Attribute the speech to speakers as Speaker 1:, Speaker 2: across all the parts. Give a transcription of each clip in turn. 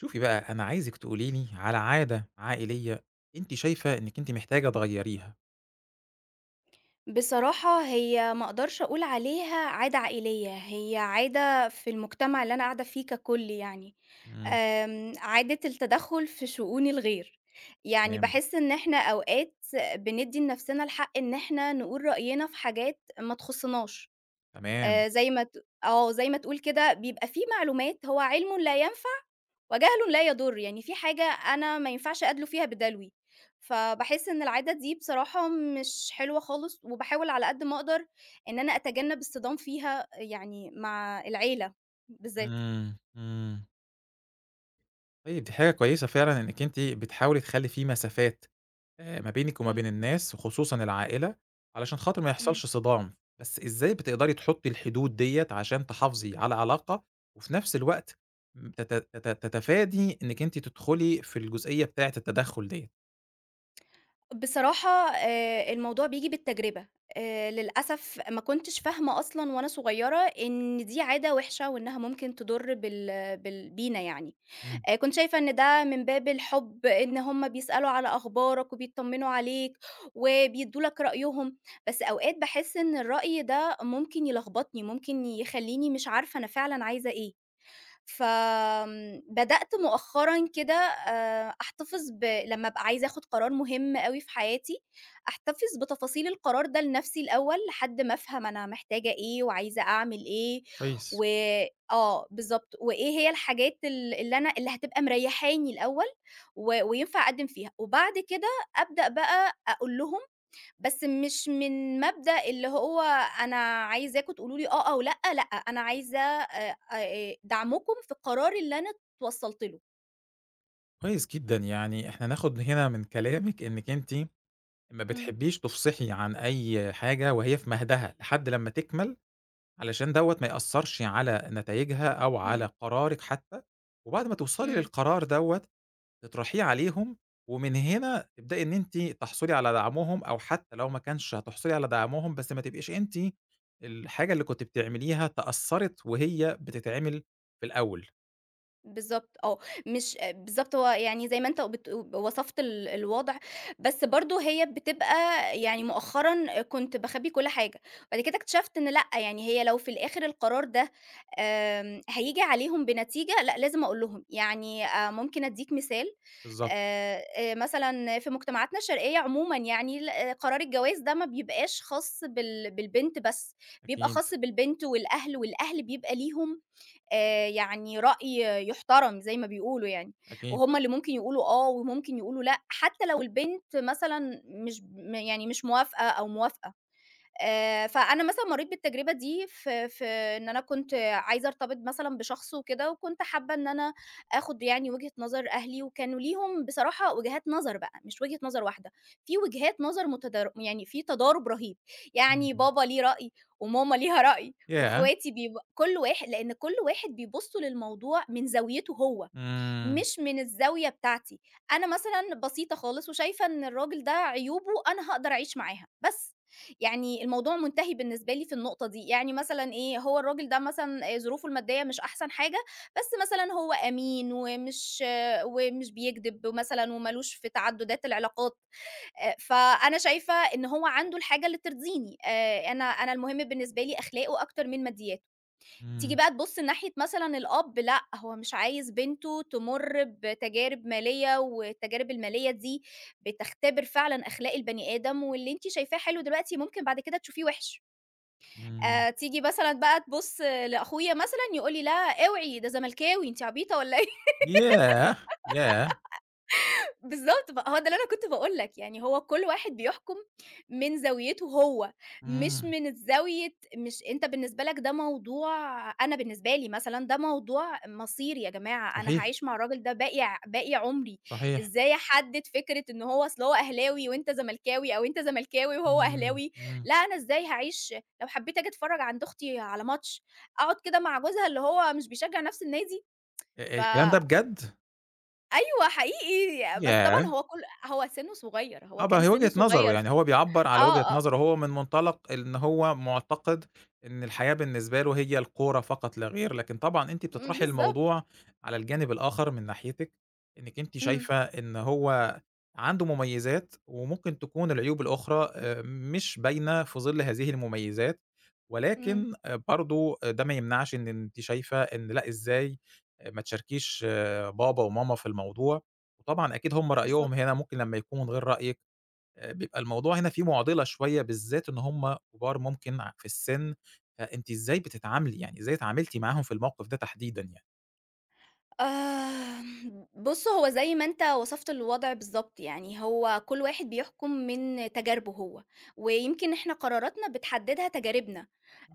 Speaker 1: شوفي بقى أنا عايزِك تقولي لي على عادة عائلية أنتِ شايفة إنِّك أنتِ محتاجة تغيّريها.
Speaker 2: بصراحة هي ما أقدرش أقول عليها عادة عائلية، هي عادة في المجتمع اللي أنا قاعدة فيه ككل يعني.
Speaker 1: إمم،
Speaker 2: عادة التدخُّل في شؤون الغير. يعني
Speaker 1: تمام،
Speaker 2: باحس إن إحنا أوقات بندّي لنفسنا الحق إن إحنا نقول رأينا في حاجات ما تخُصّناش.
Speaker 1: تمام.
Speaker 2: آآ، زي ما ت زي ما تقول كده بيبقى في معلومات هو علمٌ لا ينفع وجهلٌ لا يضُر، يعني في حاجة أنا ما ينفعش أدلُو فيها بدلوي. فباحس إن العادة دي بصراحة مش حلوة خالص، وباحاول على قد ما أقدر إن أنا أتجنّب الصدام فيها يعني مع العيلة بالذات.
Speaker 1: إمم، إمم. طيب دي حاجة كويسة فعلًا إنِّك أنتِ بتحاولي تخلّي في مسافات ما بينِك وما
Speaker 2: إمم،
Speaker 1: بين الناس وخصوصًا العائلة، علشان خاطر ما
Speaker 2: إمم.
Speaker 1: يحصلش صدام. بس إزاي بتقدري تحطّي الحدود ديّة عشان تحافظي على علاقة وفي نفس الوقت م تت تت تتفادي إنِّك أنتِ تدخلي في الجزئية بتاعة التدخُّل ديّة؟
Speaker 2: بصراحة الموضوع بييجي بالتجربة. للأسف ما كنتش فاهمة أصلًا وأنا صغيرة إن دي عادة وِحشة وإنها ممكن تضُر بال بينا يعني.
Speaker 1: إمم،
Speaker 2: كنت شايفة إن ده من باب الحُب، إن هُم بيسألوا على أخبارك وبيطمنوا عليك وبيدّوا لك رأيهم. بس أوقات باحس إن الرأي ده ممكن يلخبطني، ممكن يخلّيني مش عارفة أنا فعلًا عايزة إيه. فآمم بدأت مؤخرًا كده أحتفظ لمّا أبقى عايزة آخُد قرار مهم أوي في حياتي، أحتفظ بتفاصيل القرار ده لنَفْسي الأول لحد ما أفهم أنا محتاجة إيه وعايزة أعمل إيه.
Speaker 1: كويس.
Speaker 2: و آه بالضبط، وإيه هي الحاجات ال اللي أنا اللي هتبقى مريّحاني الأول وينفع أقدِّم فيها، وبعد كده أبدأ بقى أقول لهم، بس مش من مبدأ اللي هو أنا عايزاكم تقولوا لي آه أو لأ. لأ، أنا عايزة دعمكم في القرار اللي أنا اتوصّلت له.
Speaker 1: كويس جدًا، يعني إحنا ناخد هنا من كلامِك إنِّك أنتِ ما
Speaker 2: إمم.
Speaker 1: بتحبّيش تفصحي عن أي حاجة وهي في مهدها لحد لمّا تكمل، علشان دوّة ما يأثّرش على نتايجها أو على
Speaker 2: إمم،
Speaker 1: قرارِك حتّى، وبعد ما توصلي
Speaker 2: إمم.
Speaker 1: للقرار دوّة تطرحيه عليهم، ومن هنا تبدئي إن أنتِ تحصلي على دعمهم أو حتّى لو ما كانش هتحصلي على دعمهم، بس ما تبقيش أنتِ الحاجة اللي كنتِ بتعمليها تأثّرِت وهي بتتعمل في الأول.
Speaker 2: بالضبط آه. مش بالضبط، هو يعني زي ما أنت وصفت الوضع. بس برضه هي بتبقى يعني مؤخرًا كنت باخبّي كل حاجة، بعد كده اكتشفت إن لأ. يعني هي لو في الآخر القرار ده هييجي عليهم بنتيجة لأ، لازم أقول لهم. يعني ممكن أدّيك مثال.
Speaker 1: بالضبط،
Speaker 2: مثلًا في مجتمعاتنا الشرقية عمومًا يعني آه، قرار الجواز ده ما بيبقاش خاص بالبنت بس، بيبقى
Speaker 1: أكيد،
Speaker 2: خاص بالبنت والأهل. والأهل بيبقى ليهم يعني رأي يُحترم زي ما بيقولوا يعني.
Speaker 1: أكيد.
Speaker 2: وهُم اللي ممكن يقولوا آه وممكن يقولوا لأ، حتى لو البنت مثلًا مش م يعني مش موافقة أو موافقة. فأنا مثلًا مرّيت بالتجربة دي في إن أنا كنت عايزة أرتبط مثلًا بشخص وكده، وكنت حابة إن أنا آخُد يعني وجهة نظر أهلي. وكانوا ليهم بصراحة وجهات نظر بقى، مش وجهة نظر واحدة، في وجهات نظر متدار، يعني في تضارب رهيب. يعني
Speaker 1: إمم.
Speaker 2: بابا ليه رأي، وماما ليها رأي،
Speaker 1: ياه!
Speaker 2: واخواتي كل واحد، لإن كل واحد بيبُص للموضوع من زاويته هو،
Speaker 1: إمم،
Speaker 2: مش من الزاوية بتاعتي. أنا مثلًا بسيطة خالص وشايفة إن الراجل ده عيوبه أنا هاقدر أعيش معاها، بس. يعني الموضوع منتهي بالنسبة لي في النقطة دي. يعني مثلًا إيه، هو الراجل ده مثلًا ظروفه المادية مش أحسن حاجة، بس مثلًا هو أمين ومش بيكدب مثلًا وما لوش في تعدُّدات العلاقات. فأنا شايفة إن هو عنده الحاجة اللي ترضيني. أنا المهم بالنسبة لي أخلاقه أكتر من مادياته. تيجي
Speaker 1: إمم،
Speaker 2: بقى تبُص ناحية مثلًا الأب، لأ، هو مش عايز بنته تمُر بتجارب مالية، والتجارب المالية دي بتختبر فعلًا أخلاق البني آدم، واللي أنتِ شايفاه حلو دلوقتي ممكن بعد كده تشوفيه وِحِش.
Speaker 1: إمم.
Speaker 2: تيجي مثلًا بقى تبُص لأخويا مثلًا يقول لي: "لا أوعي ده زملكاوي، أنتِ عبيطة والّا إيه؟"
Speaker 1: ياه! ياه!
Speaker 2: بالضبط بقى، هو ده اللي أنا كنت باقول لك. يعني هو كل واحد بيحكم من زاويته هو، مش
Speaker 1: إمم.
Speaker 2: من الزاوية مش أنت بالنسبة لك ده موضوع، أنا بالنسبة لي مثلًا ده موضوع مصيري يا جماعة. أنا
Speaker 1: صحيح،
Speaker 2: هاعيش مع الراجل ده باقي عمري.
Speaker 1: صحيح.
Speaker 2: إزاي أحدد فكرة إن هو أصل هو أهلاوي وأنت زملكاوي أو أنت زملكاوي وهو
Speaker 1: إمم،
Speaker 2: أهلاوي.
Speaker 1: إمم.
Speaker 2: لأ، أنا إزاي هاعيش لو حبيت آجي أتفرّج عند أختي على ماتش، أقعد كده مع جوزها اللي هو مش بيشجع نفس النادي. ف
Speaker 1: الكلام ده بجد؟
Speaker 2: أيوه حقيقي. بس طبعًا
Speaker 1: ياه!
Speaker 2: هو سِنُّه صغيّر، هو
Speaker 1: آه، بقى
Speaker 2: كان
Speaker 1: هي
Speaker 2: سِنُّه
Speaker 1: وجهة نظره،
Speaker 2: صغيّر. ف
Speaker 1: يعني هو بيعبّر على وجهة
Speaker 2: آه، آه،
Speaker 1: نظره هو من منطلق إن هو معتقد إن الحياة بالنسبة له هي الكورة فقط لا غير، لكن طبعًا أنتِ
Speaker 2: إمم،
Speaker 1: بتطرحي
Speaker 2: بالضبط.
Speaker 1: الموضوع على الجانب الآخر من ناحيتِك، إنِّك أنتِ
Speaker 2: إمم،
Speaker 1: شايفة إن هو عنده مميزات وممكن تكون العيوب الأخرى مش باينة في ظِل هذه المميزات،
Speaker 2: إمم،
Speaker 1: ولكن برضه ده ما يمنعش إن أنتِ شايفة إن لأ إزاي ما تشاركيش بابا وماما في الموضوع، وطبعًا أكيد هم رأيهم
Speaker 2: بالضبط.
Speaker 1: هنا ممكن لمّا يكون غير رأيِك. بيبقى الموضوع هنا فيه معضلة شوية، بالذات إن هُم كبار ممكن في السِن، فأنتِ إزاي بتتعاملي، يعني إزاي اتعاملتِ معاهم في الموقف ده تحديدًا يعني؟
Speaker 2: بُص هو زي ما أنت وصفت الوضع بالضبط. يعني هو كل واحد بيحكُم من تجاربه هو، ويمكن إحنا قراراتنا بتحددها تجاربنا،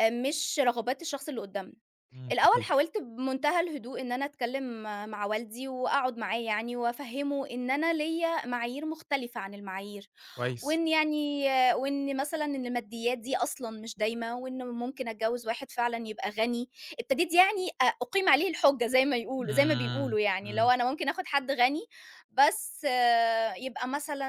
Speaker 2: مش رغبات الشخص اللي قدّامنا.
Speaker 1: إمم،
Speaker 2: الأول
Speaker 1: صحيح،
Speaker 2: حاولت بمنتهى الهدوء إن أنا أتكلّم مع والدي وأقعد معاه يعني وأفهّمه إن أنا ليّا معايير مختلفة عن المعايير.
Speaker 1: كويس.
Speaker 2: وإن يعني وإن مثلًا إن الماديات دي أصلًا مش دايمة، وإن ممكن أتجوّز واحد فعلًا يبقى غني. ابتديت يعني أُقيم عليه الحُجة زي ما
Speaker 1: إمم،
Speaker 2: بيقولوا يعني، اللي هو
Speaker 1: إمم،
Speaker 2: أنا ممكن آخُد حد غني، بس آه، يبقى مثلًا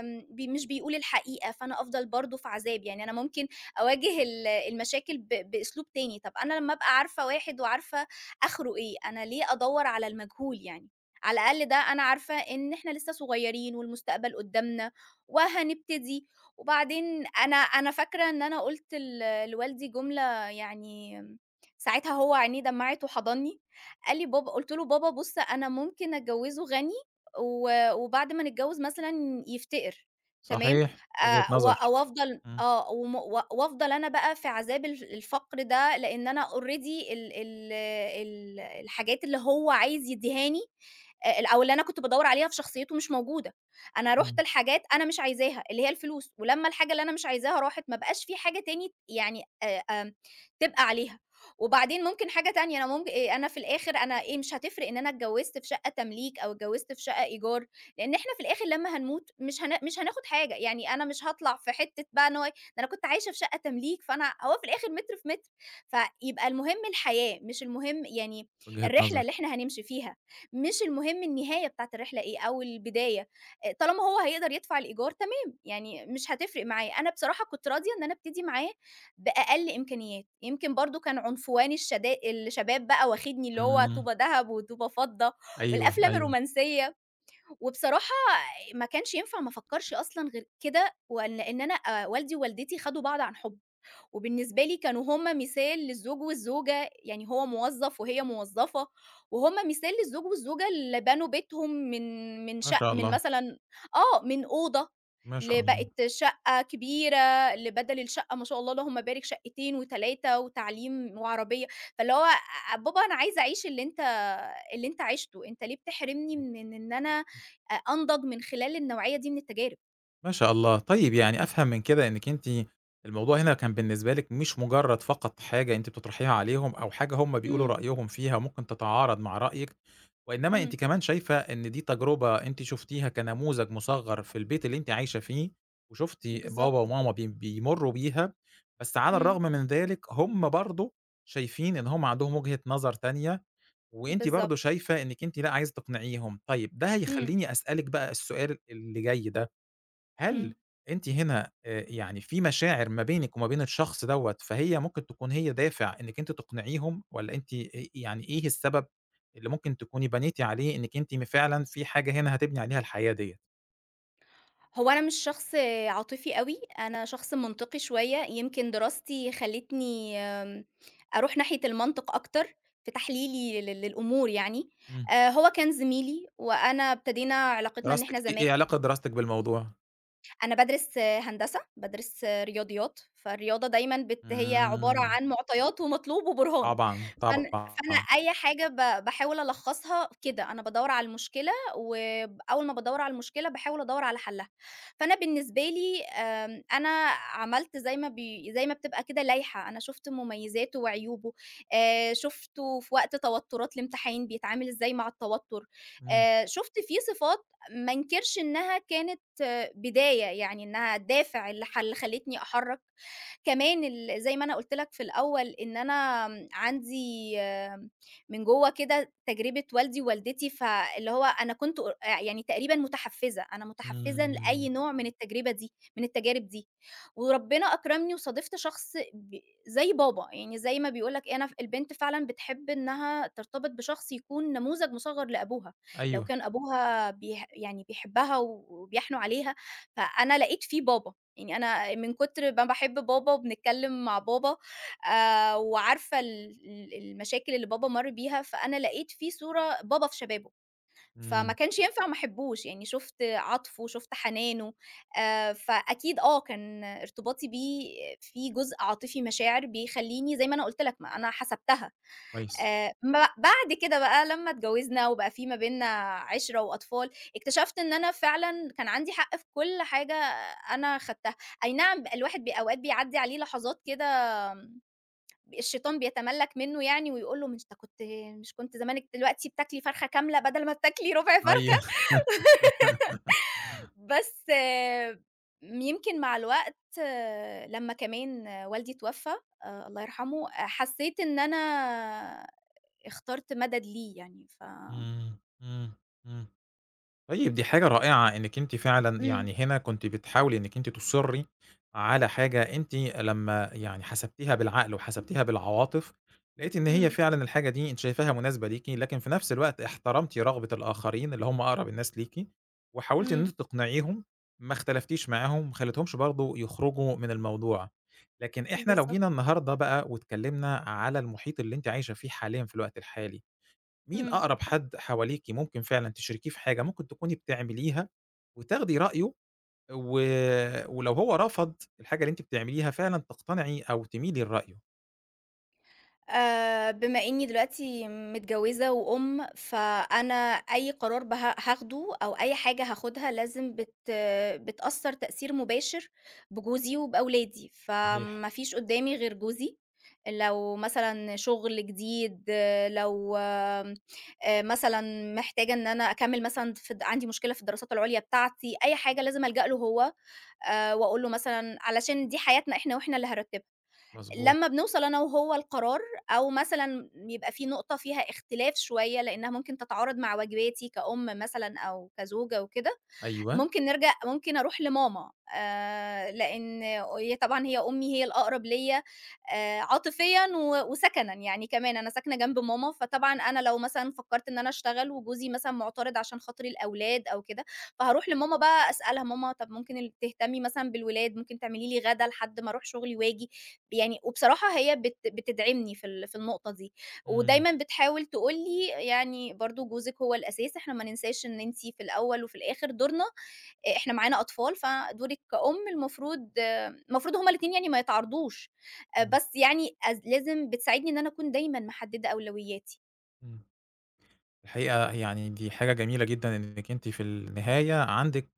Speaker 2: آمم بي مش بيقول الحقيقة. فأنا أفضل برضه في عذاب. يعني أنا ممكن أواجه المشاكل بأسلوب تاني. طَب أنا لمّا أبقى عارفة واحد وعارفة آخره إيه، أنا ليه أدوّر على المجهول يعني؟ على الأقل ده أنا عارفة إن إحنا لسه صغيرين والمستقبل قُدّامنا وهنبتدي. وبعدين أنا فاكرة إن أنا قُلت لوالدي جملة، يعني ساعتها هو عينيه دمعت وحضنّي. قال لي: "بابا". قُلت له: "بابا بُص أنا ممكن أتجوّزه غني، وبعد ما نتجوّز مثلًا يفتقر." تمام؟
Speaker 1: صحيح، وجهة
Speaker 2: و
Speaker 1: نظر،
Speaker 2: وأفضل
Speaker 1: إمم،
Speaker 2: آه، وم و وأفضل أنا بقى في عذاب الفقر ده، لإن أنا already ال ال ال الحاجات اللي هو عايز يدّيهاني، ال أو اللي أنا كنت بادوّر عليها في شخصيته مش موجودة. أنا رُحت
Speaker 1: إمم.
Speaker 2: لحاجات أنا مش عايزاها، اللي هي الفلوس. ولمّا الحاجة اللي أنا مش عايزاها راحت ما بقاش في حاجة تاني يعني آمم تبقى عليها. وبعدين ممكن حاجة تانية، أنا في الآخر أنا إيه، مش هتفرق إن أنا اتجوّزت في شقة تمليك أو اتجوّزت في شقة إيجار. لإن إحنا في الآخر لمّا هنموت مش هناخد حاجة. يعني أنا مش هاطلع في حتّة بقى إن هو إيه، ده أنا كنت عايشة في شقة تمليك، فأنا هو في الآخر متر في متر. فيبقى المهم الحياة، مش المهم يعني
Speaker 1: وجهة
Speaker 2: الرحلة
Speaker 1: نظر،
Speaker 2: اللي إحنا هنمشي فيها. مش المهم النهاية بتاعة الرحلة إيه أو البداية. طالما هو هيقدر يدفع الإيجار تمام، يعني مش هتفرق معاه. أنا بصراحة كنت راضية إن أنا أبتدي معاه بأقل إمكانيات، يمكن برضه كان عنفواني الشباب بقى واخدني، اللي هو
Speaker 1: إمم،
Speaker 2: طوبة دهب وطوبة فضة
Speaker 1: أيوه،
Speaker 2: والأفلام
Speaker 1: أيوه،
Speaker 2: الرومانسية. وبصراحة ما كانش ينفع ما أفكّرش أصلًا غير كده، ولإن أنا والدي ووالدتي خدوا بعض عن حُب. وبالنسبة لي كانوا هم مثال للزوج والزوجة، يعني هو موظّف وهي موظّفة، وهُم مثال للزوج والزوجة اللي بنوا بيتهم من من
Speaker 1: ما
Speaker 2: شق
Speaker 1: شاء
Speaker 2: من
Speaker 1: الله،
Speaker 2: مثلًا آه، من أوضة
Speaker 1: ما شاء الله.
Speaker 2: لبقت شقة كبيرة، لبدل الشقة ما شاء الله اللهم بارك شقتين و3 وتعليم وعربية. فاللي هو بابا أنا عايزة أعيش اللي أنت عِشته. أنت ليه بتحرمني من إن أنا أنضج من خلال النوعية دي من التجارب؟
Speaker 1: ما شاء الله. طيب يعني أفهم من كده إنِّك أنتِ الموضوع هنا كان بالنسبة لِك مش مجرّد فقط حاجة أنتِ بتطرحيها عليهم أو حاجة هم بيقولوا
Speaker 2: إمم،
Speaker 1: رأيهم فيها وممكن تتعارض مع رأيِك، وإنما
Speaker 2: إمم،
Speaker 1: أنتِ كمان شايفة إن دي تجربة أنتِ شُفتيها كنموذج مُصغّر في البيت اللي أنتِ عايشة فيه، وشُفتِ بابا
Speaker 2: بالضبط،
Speaker 1: وماما بيمرّوا بيها، بس على
Speaker 2: إمم،
Speaker 1: الرغم من ذلك هم برضه شايفين إن هم عندهم وجهة نظر تانية، وأنتِ برضه
Speaker 2: بالضبط،
Speaker 1: شايفة إنِّك أنتِ لأ، عايزة تقنعيهم. طيب ده
Speaker 2: إمم.
Speaker 1: هيخلّيني أسألِك بقى السؤال اللي جاي ده. هل
Speaker 2: إمم.
Speaker 1: أنتِ هنا يعني في مشاعر ما بينِك وما بين الشخص دوّة، فهي ممكن تكون هي دافع إنِّك أنتِ تقنعيهم، والّا أنتِ يعني إيه السبب اللي ممكن تكوني بنيتِ عليه إنِّك أنتِ فعلًا في حاجة هنا هتبني عليها الحياة ديّة؟
Speaker 2: هو أنا مش شخص عاطفي أوي، أنا شخص منطقي شوية، يمكن دراستي خلّتني أروح ناحية المنطق أكتر في تحليلي للأمور يعني.
Speaker 1: إمم.
Speaker 2: هو كان زميلي وأنا ابتدينا علاقتنا إن إحنا
Speaker 1: دراستِك إيه
Speaker 2: زما
Speaker 1: علاقة دراستِك بالموضوع؟
Speaker 2: أنا بادرس هندسة، بادرس رياضيات. فالرياضة دايمًا هي عبارة
Speaker 1: إمم.
Speaker 2: عن معطيات ومطلوب وبُرهان.
Speaker 1: طبعًا،
Speaker 2: فأنا
Speaker 1: طبعًا.
Speaker 2: أي حاجة باحاول ألخّصها كده. أنا بادوّر على المشكلة، وب أول ما بادوّر على المشكلة باحاول أدوّر على حلّها. فأنا بالنسبة لي أنا عملت زي ما بتبقى كده لايحة. أنا شُفت مميزاته وعيوبه. شُفته في وقت توتُّرات الامتحان بيتعامل إزاي مع التوتُّر.
Speaker 1: إمم،
Speaker 2: شُفت فيه صفات ما انكرش إنها كانت آه، بداية، يعني إنها دافع اللي خلّتني أحرّك كمان زي ما أنا قُلت لك في الأول، إن أنا عندي آه، من جوّه كده تجربة والدي ووالدتي. فاللي هو أنا كنت يعني تقريبًا متحفّزة، أنا متحفّزة
Speaker 1: إمم.
Speaker 2: لأي نوع من التجارب دي. وربنا أكرمني وصادفت شخص زي بابا. يعني زي ما بيقول لك إيه، أنا البنت فعلًا بتحب إنها ترتبط بشخص يكون نموذج مصغّر لأبوها، لو
Speaker 1: أيوه،
Speaker 2: كان أبوها يعني بيحبها وبيحنُو عليها. فأنا لقيت فيه بابا. يعني أنا من كتر ما باحب بابا وبنتكلم مع بابا وعارفة ال ال المشاكل اللي بابا مَر بيها، فأنا لقيت فيه صورة بابا في شبابه. فما
Speaker 1: إمم،
Speaker 2: كانش ينفع ما احبوش، يعني شُفت عطفه، شُفت حنانه. فأكيد آه، كان ارتباطي بيه فيه جزء عاطفي، مشاعر بيخلّيني زي ما أنا قُلت لك ما أنا حسبتها.
Speaker 1: كويس.
Speaker 2: م بعد كده بقى لمّا اتجوزنا وبقى في ما بيننا عِشرة وأطفال، اكتشفت إن أنا فعلًا كان عندي حق في كل حاجة أنا خدتها. أي نعم الواحد أوقات بيعدّي عليه لحظات كده، آمم، الشيطان بيتملّك منه، يعني ويقول له: "مش أنت كنت، مش كنت زمانِك دلوقتي بتاكلي فرخة كاملة بدل ما بتاكلي ربع
Speaker 1: أيوه.
Speaker 2: فرخة؟" بس يمكن مع الوقت آه، لمّا كمان آه، والدي اتوفى الله يرحمه، آه، حسّيت إن أنا اخترت مَدَد ليه يعني.
Speaker 1: إمم، إمم، إمم. طيب دي حاجة رائعة إنِّك أنتِ فعلًا
Speaker 2: إمم،
Speaker 1: يعني هنا كنتِ بتحاولي إنِّك أنتِ تُصِرّي على حاجة أنتِ لمّا يعني حسبتيها بالعقل وحسبتيها بالعواطف، لقيتِ إن هي
Speaker 2: إمم،
Speaker 1: فعلًا الحاجة دي أنتِ شايفاها مناسبة ليكِ، لكن في نفس الوقت احترمتِ رغبة الآخرين اللي هم أقرب الناس ليكِ، وحاولتِ إن أنتِ
Speaker 2: إمم،
Speaker 1: تقنعيهم، ما اختلفتيش معاهم، ما خليتيهمش برضه يخرجوا من الموضوع. لكن إحنا لو
Speaker 2: بالضبط.
Speaker 1: جينا النهارده بقى واتكلمنا على المحيط اللي أنتِ عايشة فيه حاليًا في الوقت الحالي، مين
Speaker 2: إمم.
Speaker 1: أقرب حد حواليكِ ممكن فعلًا تشاركيه في حاجة ممكن تكوني بتعمليها وتاخدي رأيه و ولو هو رفض الحاجة اللي أنتِ بتعمليها فعلًا تقتنعي أو تميلي لرأيه.
Speaker 2: بما إني دلوقتي متجوزة وأم، فأنا أي قرار هاخده أو أي حاجة هاخدها لازم بتأثّر تأثير مباشر بجوزي وبأولادي،
Speaker 1: صحيح،
Speaker 2: فما فيش قدّامي غير جوزي. لو مثلًا شغل جديد، لو مثلًا محتاجة إن أنا أكمّل مثلًا في د عندي مشكلة في الدراسات العُليا بتاعتي، أي حاجة لازم ألجأ له هو. وأقول له مثلًا علشان دي حياتنا إحنا وإحنا اللي هنرتّبها.
Speaker 1: مضبوط،
Speaker 2: لمّا بنوصل أنا وهو لقرار، أو مثلًا يبقى في نقطة فيها اختلاف شوية لإنّها ممكن تتعارض مع واجباتي كأم مثلًا أو كزوجة وكده،
Speaker 1: أيوه،
Speaker 2: ممكن أروح لماما. لإن هي طبعًا هي أمي، هي الأقرب ليّا عاطفيًا وسكنًا يعني كمان، أنا ساكنة جنب ماما. فطبعًا أنا لو مثلًا فكّرت إن أنا أشتغل وجوزي مثلًا معترض عشان خاطر الأولاد أو كده، فهاروح لماما بقى أسألها ماما طَب ممكن تهتمي مثلًا بالولاد، ممكن تعملي لي غدا لحد ما أروح شغلي وآجي. يعني وبصراحة هي بتدعمني في النقطة دي.
Speaker 1: إمم،
Speaker 2: ودايمًا بتحاول تقول لي يعني برضه جوزِك هو الأساس، إحنا ما ننساش إن أنتِ في الأول وفي الآخر دورنا، إحنا معانا أطفال. فدورِك كأم المفروض، هُم الاتنين يعني ما يتعارضوش.
Speaker 1: إمم،
Speaker 2: بس يعني لازم بتساعدني إن أنا أكون دايمًا محددة أولوياتي.
Speaker 1: إمم. الحقيقة يعني دي حاجة جميلة جدًا إنِّك أنتِ في النهاية عندِك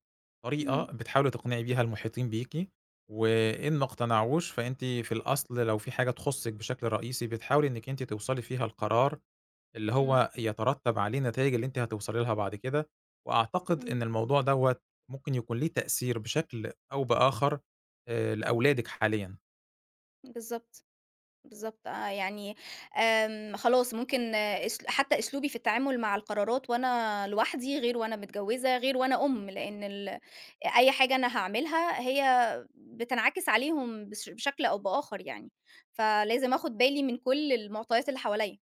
Speaker 1: طريقة
Speaker 2: إمم،
Speaker 1: بتحاولي تقنعي بيها المحيطين بيكِ، وإن ما اقتنعوش فأنتِ في الأصل لو في حاجة تخُصِّك بشكل رئيسي بتحاولي إنِّك أنتِ توصلي فيها لقرار اللي
Speaker 2: إمم،
Speaker 1: هو يترتب عليه النتايج اللي أنتِ هتوصلي لها بعد كده، وأعتقد إن
Speaker 2: إمم.
Speaker 1: الموضوع دوّة ممكن يكون ليه تأثير بشكل أو بآخر لأولادِك حاليًا.
Speaker 2: بالضبط. بالضبط آه. يعني خلاص ممكن آه، حتى أسلوبي في التعامل مع القرارات وأنا لوحدي، غير وأنا متجوزة، غير وأنا أم، لأن أي حاجة أنا هاعملها هي بتنعكس عليهم بشكل أو بآخر يعني، فلازم آخد بالي من كل المعطيات اللي حواليّا.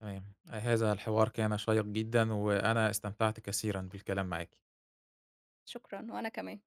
Speaker 1: تمام، هذا الحوار كان شيّق جدًا، وأنا استمتعت كثيرًا بالكلام معاكِ.
Speaker 2: شكرًا، وأنا كمان.